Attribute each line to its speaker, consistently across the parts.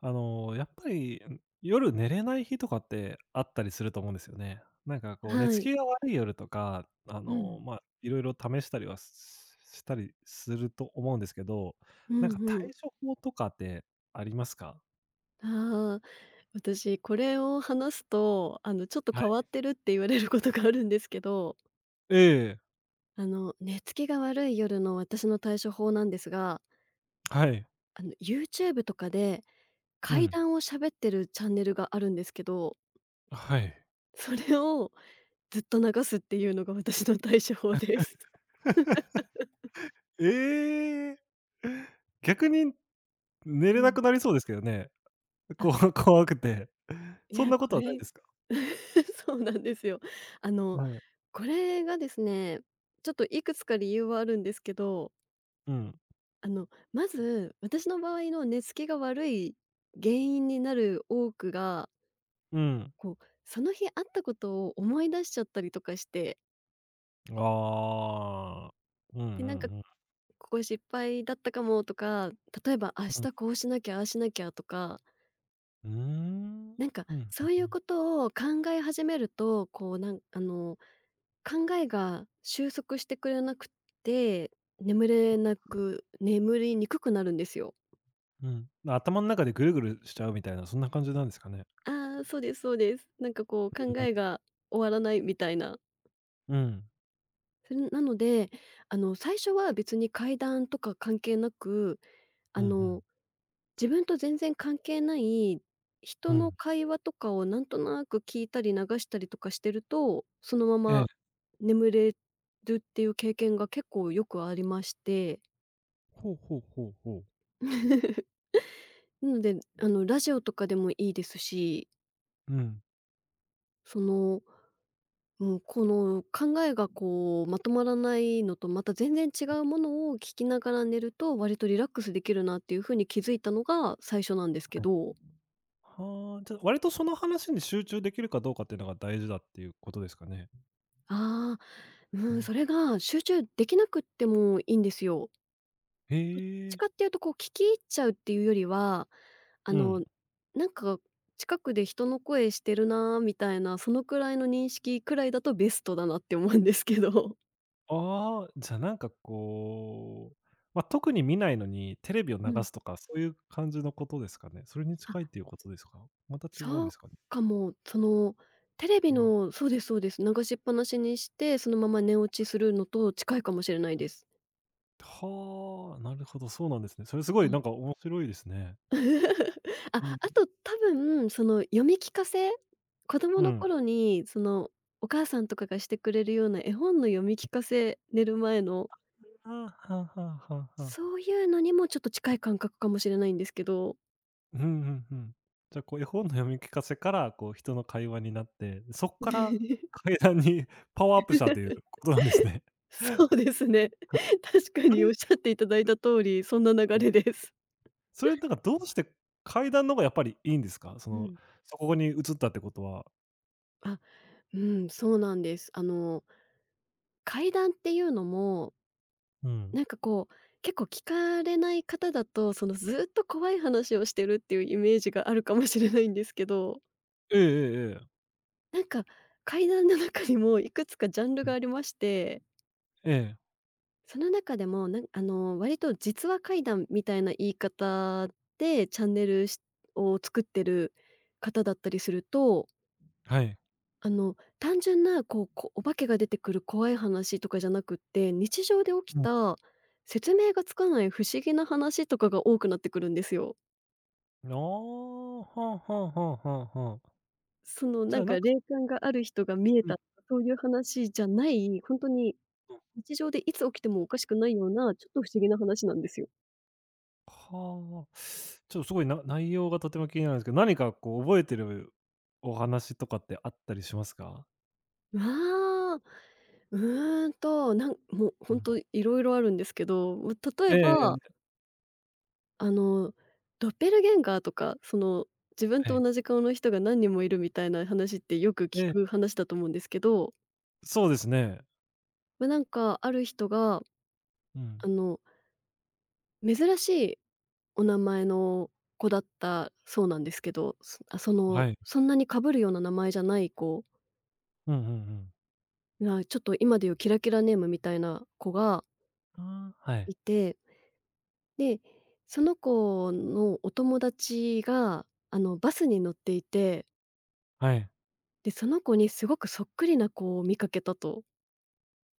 Speaker 1: やっぱり、夜寝れない日とかってあったりすると思うんですよね。なんかこう、寝
Speaker 2: は
Speaker 1: つ
Speaker 2: い。
Speaker 1: きが悪い夜とか、
Speaker 2: うん。
Speaker 1: まあ、いろいろ試したりはしたりすると思うんですけど、
Speaker 2: う
Speaker 1: な
Speaker 2: ん
Speaker 1: んか
Speaker 2: う
Speaker 1: 対
Speaker 2: ん。
Speaker 1: 処法とかってありますか？
Speaker 2: ああ、私これを話すと、ちょっと
Speaker 1: は
Speaker 2: 変わ
Speaker 1: い。
Speaker 2: ってるって言われることがあるんですけど、
Speaker 1: ええ、
Speaker 2: 寝つきが悪い夜の私の対処法なんですが、
Speaker 1: はい。
Speaker 2: YouTube とかで
Speaker 1: う
Speaker 2: 怪
Speaker 1: ん。
Speaker 2: 談を喋ってるチャンネルがあるんですけど、
Speaker 1: はい。
Speaker 2: それをずっと流すっていうのが私の対処法です。
Speaker 1: ええ。逆に寝
Speaker 2: う
Speaker 1: れな
Speaker 2: ん。
Speaker 1: くなりそうですけどね。怖くて。
Speaker 2: い
Speaker 1: そん
Speaker 2: や、
Speaker 1: なこ
Speaker 2: こ
Speaker 1: とはない
Speaker 2: れ
Speaker 1: ですか？
Speaker 2: そうなんですよ。あの、
Speaker 1: はい。
Speaker 2: これがですね、ちょっといくつか理由はあるんですけど、
Speaker 1: うん。
Speaker 2: まず、私の場合の寝つきが悪い原因になる多くが、
Speaker 1: うん。
Speaker 2: こう、その日あったことを思い出しちゃったりとかして、
Speaker 1: ああ。うん
Speaker 2: で、なんか、
Speaker 1: うん
Speaker 2: ここ失敗だったかもとか、例えば明
Speaker 1: うん。う
Speaker 2: 日
Speaker 1: ん。
Speaker 2: こうしなきゃ、ああしなきゃとか、
Speaker 1: うーん。うん、
Speaker 2: なんか
Speaker 1: ふんふ
Speaker 2: そういう
Speaker 1: ん。
Speaker 2: ことを考え始めると、こう、なんあの考えが収束してくれなくて、眠りにくくなるんですよ。
Speaker 1: うん。頭ん中でぐるぐるしちゃうみたいな、そんな感じなんですかね？
Speaker 2: ああ、そうですそうです。なんかこう
Speaker 1: うん
Speaker 2: 考
Speaker 1: うん。
Speaker 2: えが終わらないみたいな。
Speaker 1: うん。
Speaker 2: それなので、あの最初は別に階段とか関係なく、あ
Speaker 1: うんう
Speaker 2: の
Speaker 1: ん。
Speaker 2: 自分と全然関係ない人
Speaker 1: う
Speaker 2: の
Speaker 1: ん。
Speaker 2: 会話とかをなんとなく聞いたり流したりとかしてると、そのま
Speaker 1: え
Speaker 2: ま
Speaker 1: え。
Speaker 2: 眠れるっていう経験が結構よくありまして。
Speaker 1: ほうほうほうほう。
Speaker 2: なので、ラジオとかでもいいですし、
Speaker 1: うん。
Speaker 2: その、うん、この考えがこうまとまらないのとまた全然違うものを聞きながら寝ると割とリラックスできるなっていう風に気づいたのが最初なんですけ
Speaker 1: はい。
Speaker 2: ど、
Speaker 1: はあ、じゃ、割とその話に集中できるかどうかっていうのが大事だっていうことですかね？
Speaker 2: ああ、う
Speaker 1: う
Speaker 2: ん、
Speaker 1: ん。
Speaker 2: それが集中できなくってもいいんですよ。どっ
Speaker 1: へ
Speaker 2: ちかっ
Speaker 1: え。
Speaker 2: ていうとこう聞き入っちゃうっていうよりは、あ
Speaker 1: う
Speaker 2: の、
Speaker 1: ん。
Speaker 2: なんか近くで人の声してるなーみたいな、そのくらいの認識くらいだとベストだなって思うんですけど。
Speaker 1: ああ、じゃ、なんかこう、ま、特に見ないのに、テレビを 流
Speaker 2: うん。
Speaker 1: すとか、そういう感じのことですかね？それに近いっていうことですか？また違うん
Speaker 2: そう
Speaker 1: ですかね？
Speaker 2: かも。その、テレビ
Speaker 1: うん。
Speaker 2: のそうですそうです、流しっぱなしにして、そのまま寝落ちするのと近いかもしれないです。
Speaker 1: はあ、なるほど、そうなんですね。それすご
Speaker 2: は
Speaker 1: い
Speaker 2: い
Speaker 1: なんか面白いですね。
Speaker 2: あ、
Speaker 1: うん。
Speaker 2: あと多分、その、読み聞かせ、子供
Speaker 1: う
Speaker 2: の
Speaker 1: ん。
Speaker 2: 頃に、その、お母さんとかがしてくれるような絵本の読み聞かせ、寝る前の、
Speaker 1: ああ、はあはあはあはあ。
Speaker 2: そういうのにもちょっと近い感覚かもしれないんですけど。
Speaker 1: うんうんうん。じゃあ、こう絵本の読み聞かせから、こう人の会話になって、そっから 階段に パワーアップしたということなんですね。は
Speaker 2: そうですね。
Speaker 1: い。
Speaker 2: 確か
Speaker 1: あれ
Speaker 2: に
Speaker 1: う
Speaker 2: おっし
Speaker 1: ん
Speaker 2: ゃっていただいた通り、そんな流れです。
Speaker 1: それ、なんか、どうして階段の方がやっぱりいいんですか？そ
Speaker 2: う
Speaker 1: の、
Speaker 2: ん。
Speaker 1: そこに移ったってことは。
Speaker 2: あうん、そうなんです。階談っていうのも、
Speaker 1: うん。
Speaker 2: なんかこう、結構聞かれない方だと、そのずっと怖い話をしてるっていうイメージがあるかもしれないんですけど、
Speaker 1: ええええええ。
Speaker 2: なんか階談の中にもいくつかジャンル
Speaker 1: う
Speaker 2: が
Speaker 1: ん。
Speaker 2: ありまして、
Speaker 1: ええ、
Speaker 2: その中でも、なんあの、割と実話怪談みたいな言い方でチャンネルしを作ってる方だったりすると
Speaker 1: はい。
Speaker 2: 単純なこう、お化けが出てくる怖い話とかじゃなくって、日常で起き
Speaker 1: うん。
Speaker 2: た説明がつかない不思議な話とかが多くなってくるんですよ。
Speaker 1: ああ、はあはあはあはあはあ。
Speaker 2: その、
Speaker 1: じ
Speaker 2: な
Speaker 1: ゃ
Speaker 2: ん
Speaker 1: あ、なん
Speaker 2: か
Speaker 1: か。
Speaker 2: 霊感がある人が見え
Speaker 1: うん。
Speaker 2: たとか、そういう話じゃない、本当に日常でいつ起きてもおかしくないような、ちょっと不思議な話なんですよ。
Speaker 1: はあ。ちょっとすごいな内容がとても気になるんですけど、何かこう覚えてるお話とかってあったりしますか？
Speaker 2: ああ、うーんと、なんもう
Speaker 1: う
Speaker 2: ほ
Speaker 1: ん。
Speaker 2: いろいろあるんですけど、ま例
Speaker 1: え
Speaker 2: え
Speaker 1: ええ
Speaker 2: ば
Speaker 1: え、
Speaker 2: あの、ドッペルゲンガーとか、その、自分
Speaker 1: は
Speaker 2: と
Speaker 1: い。
Speaker 2: 同じ顔の人が何人もいるみたいな話ってよく
Speaker 1: え
Speaker 2: 聞く
Speaker 1: え、
Speaker 2: 話だと思うんですけど、
Speaker 1: そうですね。
Speaker 2: まあ、なんかある人が、
Speaker 1: う
Speaker 2: あ
Speaker 1: ん。
Speaker 2: の、珍しいお名前の子だったそうなんですけど、その、
Speaker 1: はい。
Speaker 2: そんなにかぶるような名前じゃない子
Speaker 1: うんうんうん。
Speaker 2: が、ちょっと今でいうキラキラネームみたいな子が
Speaker 1: ああ、はい。
Speaker 2: いて、で、その子のお友達が、バスに乗っていて
Speaker 1: はい。
Speaker 2: で、その子にすごくそっくりな子を見かけたと。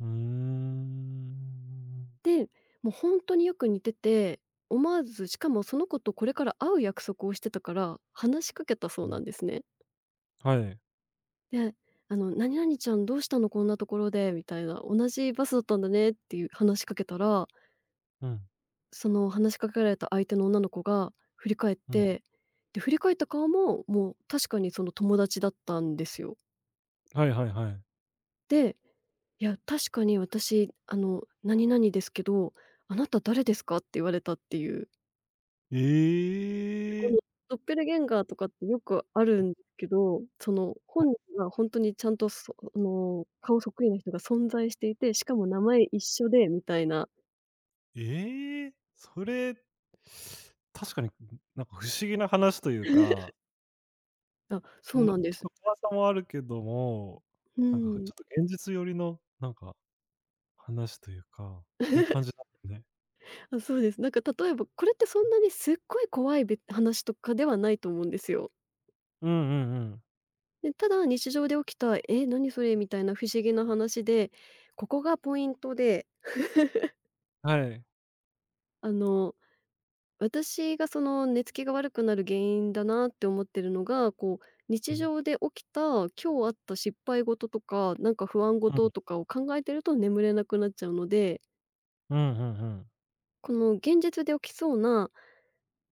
Speaker 1: うーん。
Speaker 2: で、もうほんとによく似てて、思わず、しかもその子とこれから会う約束をしてたから、話しかけたそ
Speaker 1: う
Speaker 2: うな
Speaker 1: ん。
Speaker 2: んですね。
Speaker 1: はい。
Speaker 2: で、「何々ちゃんどうしたのこんなところで」みたいな「同じバスだったんだね」っていう話しかけたら、
Speaker 1: うん、
Speaker 2: その話しかけられた相手の女の子が振り返っ
Speaker 1: うん。
Speaker 2: て、で、振り返った顔も、もう確かにその友達だったんですよ。
Speaker 1: はいはいはい。
Speaker 2: でいや、確かに私、「何々ですけど、あなた誰ですか？」って言われたっていう。
Speaker 1: え
Speaker 2: で、この
Speaker 1: え、
Speaker 2: ドッペルゲンガーとかってよくあるんですけど、その、本人が本当にちゃんと、そあの、顔そっくりな人が存在していて、しかも名前一緒でみたいな。
Speaker 1: ええ、それ、確かに、なんか不思議な話というか、
Speaker 2: あ、そう
Speaker 1: ま、
Speaker 2: なんで
Speaker 1: ち
Speaker 2: す。
Speaker 1: ょっと怖さもあるけども、
Speaker 2: う
Speaker 1: なんかちょっ
Speaker 2: ん。
Speaker 1: と現実寄りの、なんか話というか、っていう感じなんね。
Speaker 2: あ、そうです。なんか例えば、これってそんなにすっごい怖い話とかではないと思うんですよ。
Speaker 1: うんうんうん。
Speaker 2: で、ただ日常で起きた「え、何それ」みたいな不思議な話で、ここがポイントで
Speaker 1: はい。
Speaker 2: あの、私がその寝つきが悪くなる原因だなって思ってるのが、こう、
Speaker 1: う
Speaker 2: 日
Speaker 1: ん、
Speaker 2: 常で起きた、今日あった失敗事とか、なんか不安
Speaker 1: う
Speaker 2: 事
Speaker 1: ん、
Speaker 2: とかを考えてると眠れなくなっちゃうので、
Speaker 1: うんうんうん。
Speaker 2: この現実で起きそうな、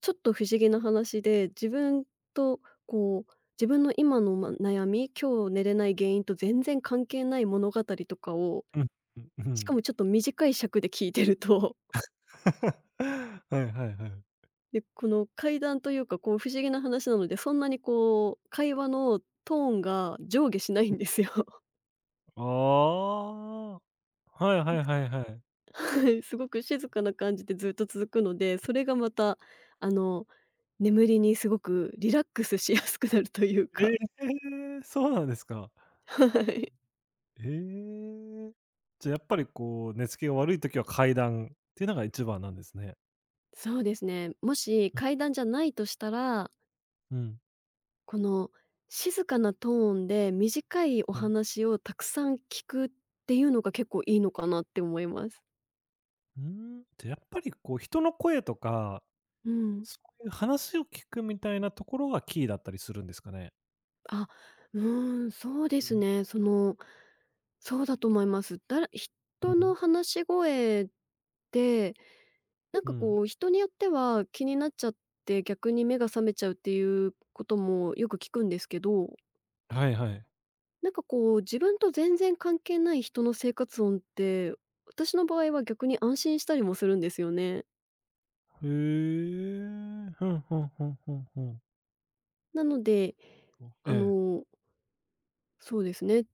Speaker 2: ちょっと不思議な話で、自分とこう、自分の今の、ま、悩み、今日寝れない原因と全然関係ない物語とかを、
Speaker 1: うん、うん、う
Speaker 2: しか
Speaker 1: ん。
Speaker 2: もちょっと短い尺で聞いてると
Speaker 1: はいはいはい。
Speaker 2: で、この階段というか、こう、不思議な話なので、そんなにこう、会話のトーンが上下しないんですよ。
Speaker 1: ああ。はいはいはいはい。
Speaker 2: はい、すごく静かな感じでずっと続くので、それがまた、あの、眠りにすごくリラックスしやすくなるという
Speaker 1: え
Speaker 2: か、
Speaker 1: え、そうなんですか。
Speaker 2: はい。
Speaker 1: ええ。じゃ、やっぱりこう、寝つきが悪いときは階段っていうのが一番なんですね。
Speaker 2: そうですね。もし
Speaker 1: うん、
Speaker 2: 階段じゃないとしたら、
Speaker 1: うん、
Speaker 2: この静かなトーンで短いお
Speaker 1: うん。
Speaker 2: 話をたくさん聞くっていうのが結構いいのかなって思います。
Speaker 1: うーん。じゃ、やっぱりこう、人の声とか、
Speaker 2: うん。
Speaker 1: そういう話を聞くみたいなところがキーだったりするんですかね？
Speaker 2: あ、うーん、そうで
Speaker 1: う
Speaker 2: す
Speaker 1: ん、
Speaker 2: ね。その、そうだと思います。だら
Speaker 1: う
Speaker 2: 人の
Speaker 1: ん、
Speaker 2: 話し声って、なん
Speaker 1: う
Speaker 2: か
Speaker 1: ん。
Speaker 2: こう、人によっては気になっちゃって、逆に目が覚めちゃうっていうこともよく聞くんですけど、
Speaker 1: はいはい。
Speaker 2: なんかこう、自分と全然関係ない人の生活音って、私の場合は逆に安心したりもするんですよね。
Speaker 1: へえ。ふんふんふんふんふん。
Speaker 2: なので、あ
Speaker 1: ええ。
Speaker 2: の、そうですね。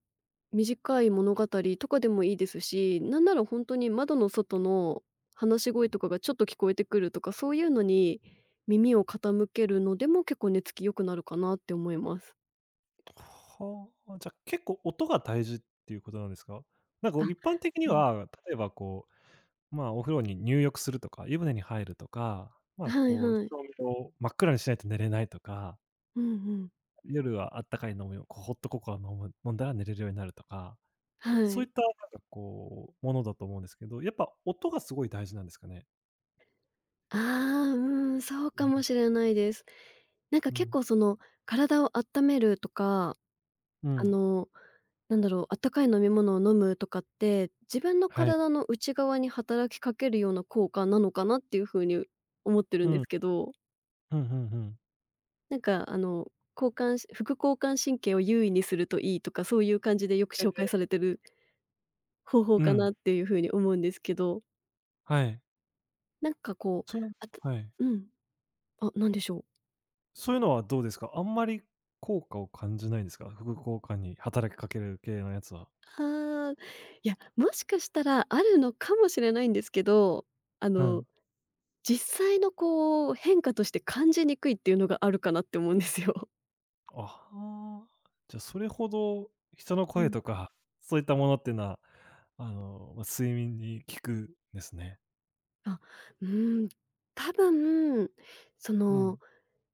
Speaker 2: 短い物語とかでもいいですし、なんなら本当に窓の外の話し声とかがちょっと聞こえてくるとか、そういうのに耳を傾けるのでも結構寝つき良くなるかなって思います。
Speaker 1: はあ、じゃ、結構音が大事っていうことなんですか？なんかこう
Speaker 2: あ、
Speaker 1: 一般的に
Speaker 2: うん。
Speaker 1: は、例えばこう、まあ、お風呂に入浴するとか、湯船に入るとか、まあ、
Speaker 2: はい
Speaker 1: こう照
Speaker 2: はい。
Speaker 1: 明を真っ暗にしないと寝れないとか、
Speaker 2: うんうん。
Speaker 1: 夜はあったかい飲みを、こうホットココア飲んだら寝れるようになるとか、
Speaker 2: は
Speaker 1: そうい
Speaker 2: い。
Speaker 1: ったなんかこう、ものだと思うんですけど、やっぱ音がすごい大事なんですかね？
Speaker 2: ああ、うん、そう
Speaker 1: う
Speaker 2: か
Speaker 1: ん。
Speaker 2: もしれないです。なんか
Speaker 1: う
Speaker 2: 結
Speaker 1: ん。
Speaker 2: 構その体を温めるとか
Speaker 1: う
Speaker 2: あ
Speaker 1: ん。
Speaker 2: の、なんだろう、あったかい飲み物を飲むとかって、自分の
Speaker 1: はい。
Speaker 2: 体の内側に働きかけるような効果なのかなっていう風に思ってる
Speaker 1: う
Speaker 2: んで
Speaker 1: ん。
Speaker 2: すけど、
Speaker 1: うんうんうん。
Speaker 2: なんか交感し副交感神経を優位にするといいとか、そういう感じでよく
Speaker 1: え
Speaker 2: 紹介され
Speaker 1: え。
Speaker 2: てる方法
Speaker 1: う
Speaker 2: か
Speaker 1: ん。
Speaker 2: なっていう風に思うんですけど、
Speaker 1: はい。
Speaker 2: なんかこう、
Speaker 1: その
Speaker 2: あた
Speaker 1: はい。
Speaker 2: うん。あ、何でしょう。
Speaker 1: そういうのはどうですか？あんまり効果を感じないんですか？副交果に働きかける系のやつは。
Speaker 2: ああ、いや、もしかしたらあるのかもしれないんですけど、あ
Speaker 1: う
Speaker 2: の
Speaker 1: ん。
Speaker 2: 実際のこう、変化として感じにくいっていうのがあるかなって思うんですよ。
Speaker 1: ああ、じゃ、あそれほど人の
Speaker 2: う
Speaker 1: 声
Speaker 2: ん。
Speaker 1: とか、そういったものっていうのは、ま、睡眠に効くんですね。
Speaker 2: あ、うーん、多分、そ
Speaker 1: う
Speaker 2: の、
Speaker 1: ん、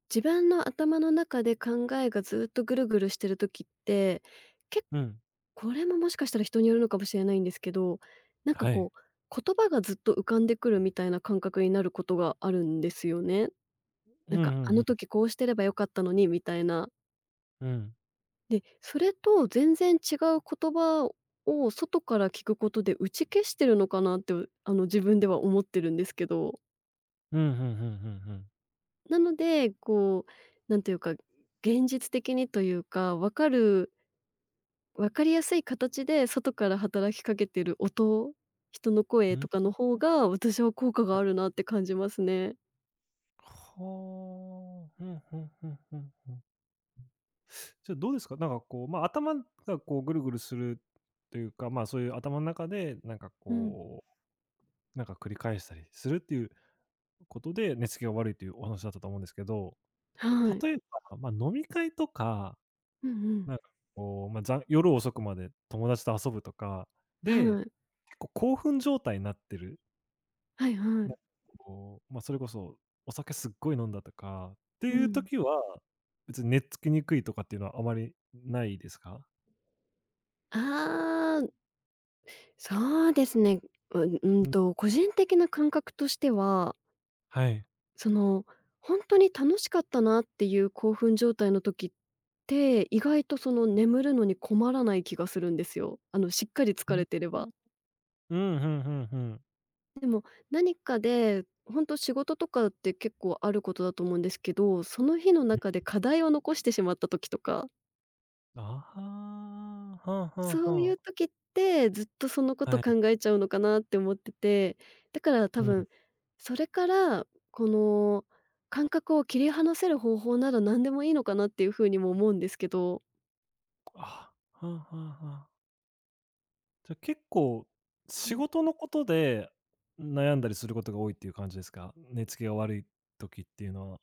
Speaker 2: 自分の頭の中で考えがずっとぐるぐるしてる時って、け
Speaker 1: うん、
Speaker 2: これももしかしたら人によるのかもしれないんですけど、なんか
Speaker 1: はい。
Speaker 2: こう、言葉がずっと浮かんでくるみたいな感覚になることがあるんですよね。
Speaker 1: う
Speaker 2: な
Speaker 1: ん
Speaker 2: ん
Speaker 1: う
Speaker 2: か、あの
Speaker 1: ん
Speaker 2: 時こうしてればよかったのにみたいな。
Speaker 1: うん、うん。
Speaker 2: で、それと全然違う言葉を外から聞くことで打ち消してるのかなって、自分では思ってるんですけど。
Speaker 1: うん、ふんふんふんふん。
Speaker 2: なので、こう、なんていうか、現実的にというか、分かりやすい形で外から働きかけてる音、人の
Speaker 1: う
Speaker 2: 声と
Speaker 1: ん。
Speaker 2: かの方が、私は効果があるなって感じますね。
Speaker 1: はあ、ふんふんふんふんふん。じゃ、どうですか？なんかこう、ま、頭がこうぐるぐるするというか、ま、そういう頭ん中で、なんか
Speaker 2: うん、
Speaker 1: こうなんか繰り返したりするっていうことで、寝つきが悪いというお話だったと思うんですけど、
Speaker 2: はい。
Speaker 1: 例えば、まあ、飲み会とか、
Speaker 2: うんうん。
Speaker 1: なんかこう、まあ、夜遅くまで友達と遊ぶとかで、
Speaker 2: はい。
Speaker 1: 結構興奮状態になってる、
Speaker 2: はいは
Speaker 1: なん
Speaker 2: い。
Speaker 1: かこう、まあ、それこそお酒すっごい飲んだとかって
Speaker 2: う
Speaker 1: いう
Speaker 2: ん。
Speaker 1: 時は、別に寝つきにくいとかっていうのはあまりないですか？
Speaker 2: ああ。そうですね。
Speaker 1: うん、
Speaker 2: 個人的な感覚としては、
Speaker 1: はい。
Speaker 2: その、本当に楽しかったなっていう興奮状態の時って、意外とその眠るのに困らない気がするんですよ。しっかり疲
Speaker 1: うん、
Speaker 2: れてれば。
Speaker 1: うん、ふんふんふん。
Speaker 2: 何かで、本当仕事とかって結構あることだと思うんですけど、その日の中で課題を残してしまった時とか
Speaker 1: ああ、はんはんは
Speaker 2: そういう
Speaker 1: ん、
Speaker 2: 時って、ずっとそのこと
Speaker 1: は
Speaker 2: 考
Speaker 1: い。
Speaker 2: えちゃうのかなって思ってて、だから多
Speaker 1: うん。
Speaker 2: 分、それから、この感覚を切り離せる方法なら何でもいいのかなっていうふうにも思うんですけど。
Speaker 1: あ、はあはあはあ。じゃ、結構、
Speaker 2: う
Speaker 1: 仕
Speaker 2: ん。
Speaker 1: 事のことで悩んだりすることが多いっていう感じですか？寝つきが悪い時っていうのは。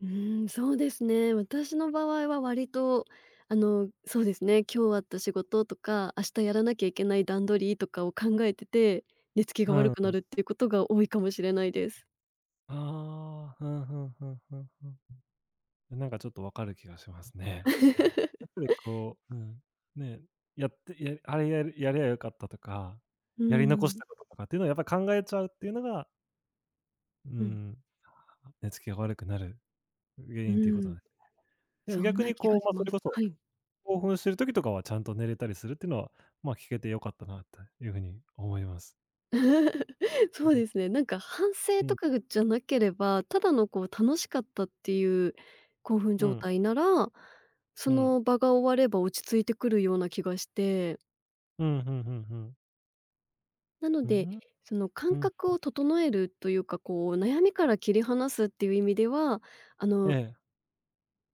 Speaker 2: そうですね。私の場合は割と、そうですね、今日あった仕事とか、明日やらなきゃいけない段取りとかを考えてて、寝つきが
Speaker 1: う
Speaker 2: 悪くな
Speaker 1: ん。
Speaker 2: るっていうことが多いかもしれないです。
Speaker 1: ああ、ふんふんふんふんふん。なんかちょっとわかる気がしますね。やっ ぱりこう、うん、ね、やってやあれやるやりゃ良かったとか、
Speaker 2: う
Speaker 1: やり残し
Speaker 2: ん。
Speaker 1: たこととかっていうのをやっぱり考えちゃうっていうのが、う
Speaker 2: うん。
Speaker 1: ん、寝つきが悪くなる原
Speaker 2: う
Speaker 1: 因ということな
Speaker 2: ん。
Speaker 1: んです。でも
Speaker 2: そん
Speaker 1: 逆
Speaker 2: な
Speaker 1: に
Speaker 2: 気
Speaker 1: こ
Speaker 2: が
Speaker 1: う、
Speaker 2: し
Speaker 1: まあ、
Speaker 2: ま
Speaker 1: それ
Speaker 2: す。
Speaker 1: こそ
Speaker 2: はい。
Speaker 1: 興奮してる時とかはちゃんと寝れたりするっていうのは、まあ、聞けてよかったなというふうに思います。
Speaker 2: そ
Speaker 1: う
Speaker 2: う
Speaker 1: ん、
Speaker 2: ですね、なんか反省
Speaker 1: う
Speaker 2: と
Speaker 1: ん、
Speaker 2: かじゃなければ、ただのこう楽しかったっていう興奮
Speaker 1: う
Speaker 2: 状
Speaker 1: ん、
Speaker 2: 態なら、そ
Speaker 1: うん、うん、
Speaker 2: の場が終われば落ち着いてくるような気がして、
Speaker 1: うんうんん。
Speaker 2: なの
Speaker 1: う
Speaker 2: で、
Speaker 1: ん、
Speaker 2: その
Speaker 1: う
Speaker 2: 感
Speaker 1: ん。
Speaker 2: 覚を整えるというか、こう悩みから切り離すっていう意味では、あ
Speaker 1: え
Speaker 2: の
Speaker 1: え、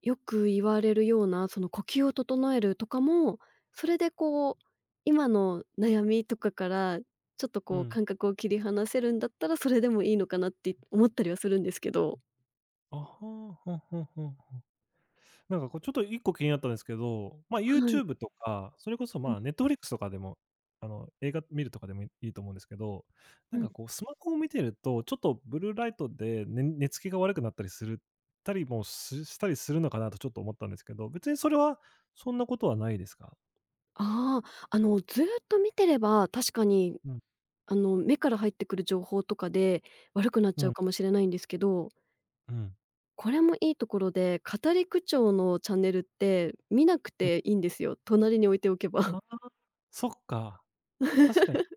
Speaker 2: よく言われるような、その呼吸を整えるとかも、それでこう、今の悩みとかから、ちょっと
Speaker 1: う
Speaker 2: こう
Speaker 1: ん。
Speaker 2: 感覚を切り離せるんだったら、それでもいいのかなって思ったりはするんですけど。
Speaker 1: あはあ、ふんふんふん。なんかこうちょっと1個気になったんですけど、まあ、
Speaker 2: はい。
Speaker 1: YouTube とか、それこそ、
Speaker 2: うん
Speaker 1: Netflix とかでも、映画見るとかでもいいと思うんですけど、
Speaker 2: う
Speaker 1: なん
Speaker 2: ん。
Speaker 1: かこうスマホを見てると、ちょっとブルーライトで寝つきが悪くなったりするたりもししたりするのかなとちょっと思ったんですけど、別にそれはそんなことはないですか？
Speaker 2: ああ、ずーっと見てれば、確かに、
Speaker 1: うん、
Speaker 2: 目から入ってくる情報とかで、悪くなっ
Speaker 1: う
Speaker 2: ちゃう
Speaker 1: ん、
Speaker 2: かもしれないんですけど、
Speaker 1: うん、
Speaker 2: これもいいところで、語り口調のチャンネルって見なく
Speaker 1: うん。
Speaker 2: ていいんですよ、隣に置いておけば。
Speaker 1: あ、そっか、確かに。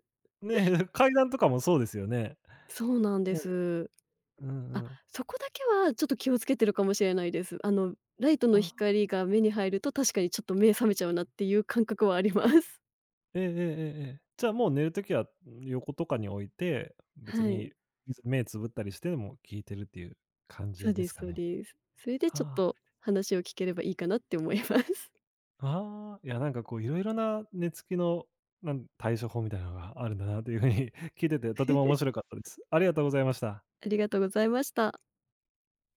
Speaker 1: ね、階段とかもそうですよね。
Speaker 2: そうなんで
Speaker 1: う
Speaker 2: す。
Speaker 1: ん、う
Speaker 2: あ、
Speaker 1: んうん。
Speaker 2: そこだけはちょっと気をつけてるかもしれないです。ライトの
Speaker 1: あ、
Speaker 2: 光が目に入ると確かにちょっと目覚めちゃうなっていう感覚はあります。
Speaker 1: ええええええ。じゃあもう寝るときは、横とかに置いて、別
Speaker 2: はい。
Speaker 1: に目つぶったりしても聞いてるっていう感
Speaker 2: そ
Speaker 1: じ
Speaker 2: う
Speaker 1: で
Speaker 2: で
Speaker 1: す
Speaker 2: す
Speaker 1: か
Speaker 2: そう
Speaker 1: ね。
Speaker 2: です。それでちょっ
Speaker 1: は
Speaker 2: と話を聞ければいいかなって思います。
Speaker 1: あ、ああ、いやなんかこういろいろな寝つきの、対処法みたいなのがあるんだなという風に 聞いててとても面 白かったです。ありがとうございました。
Speaker 2: ありがとうございました。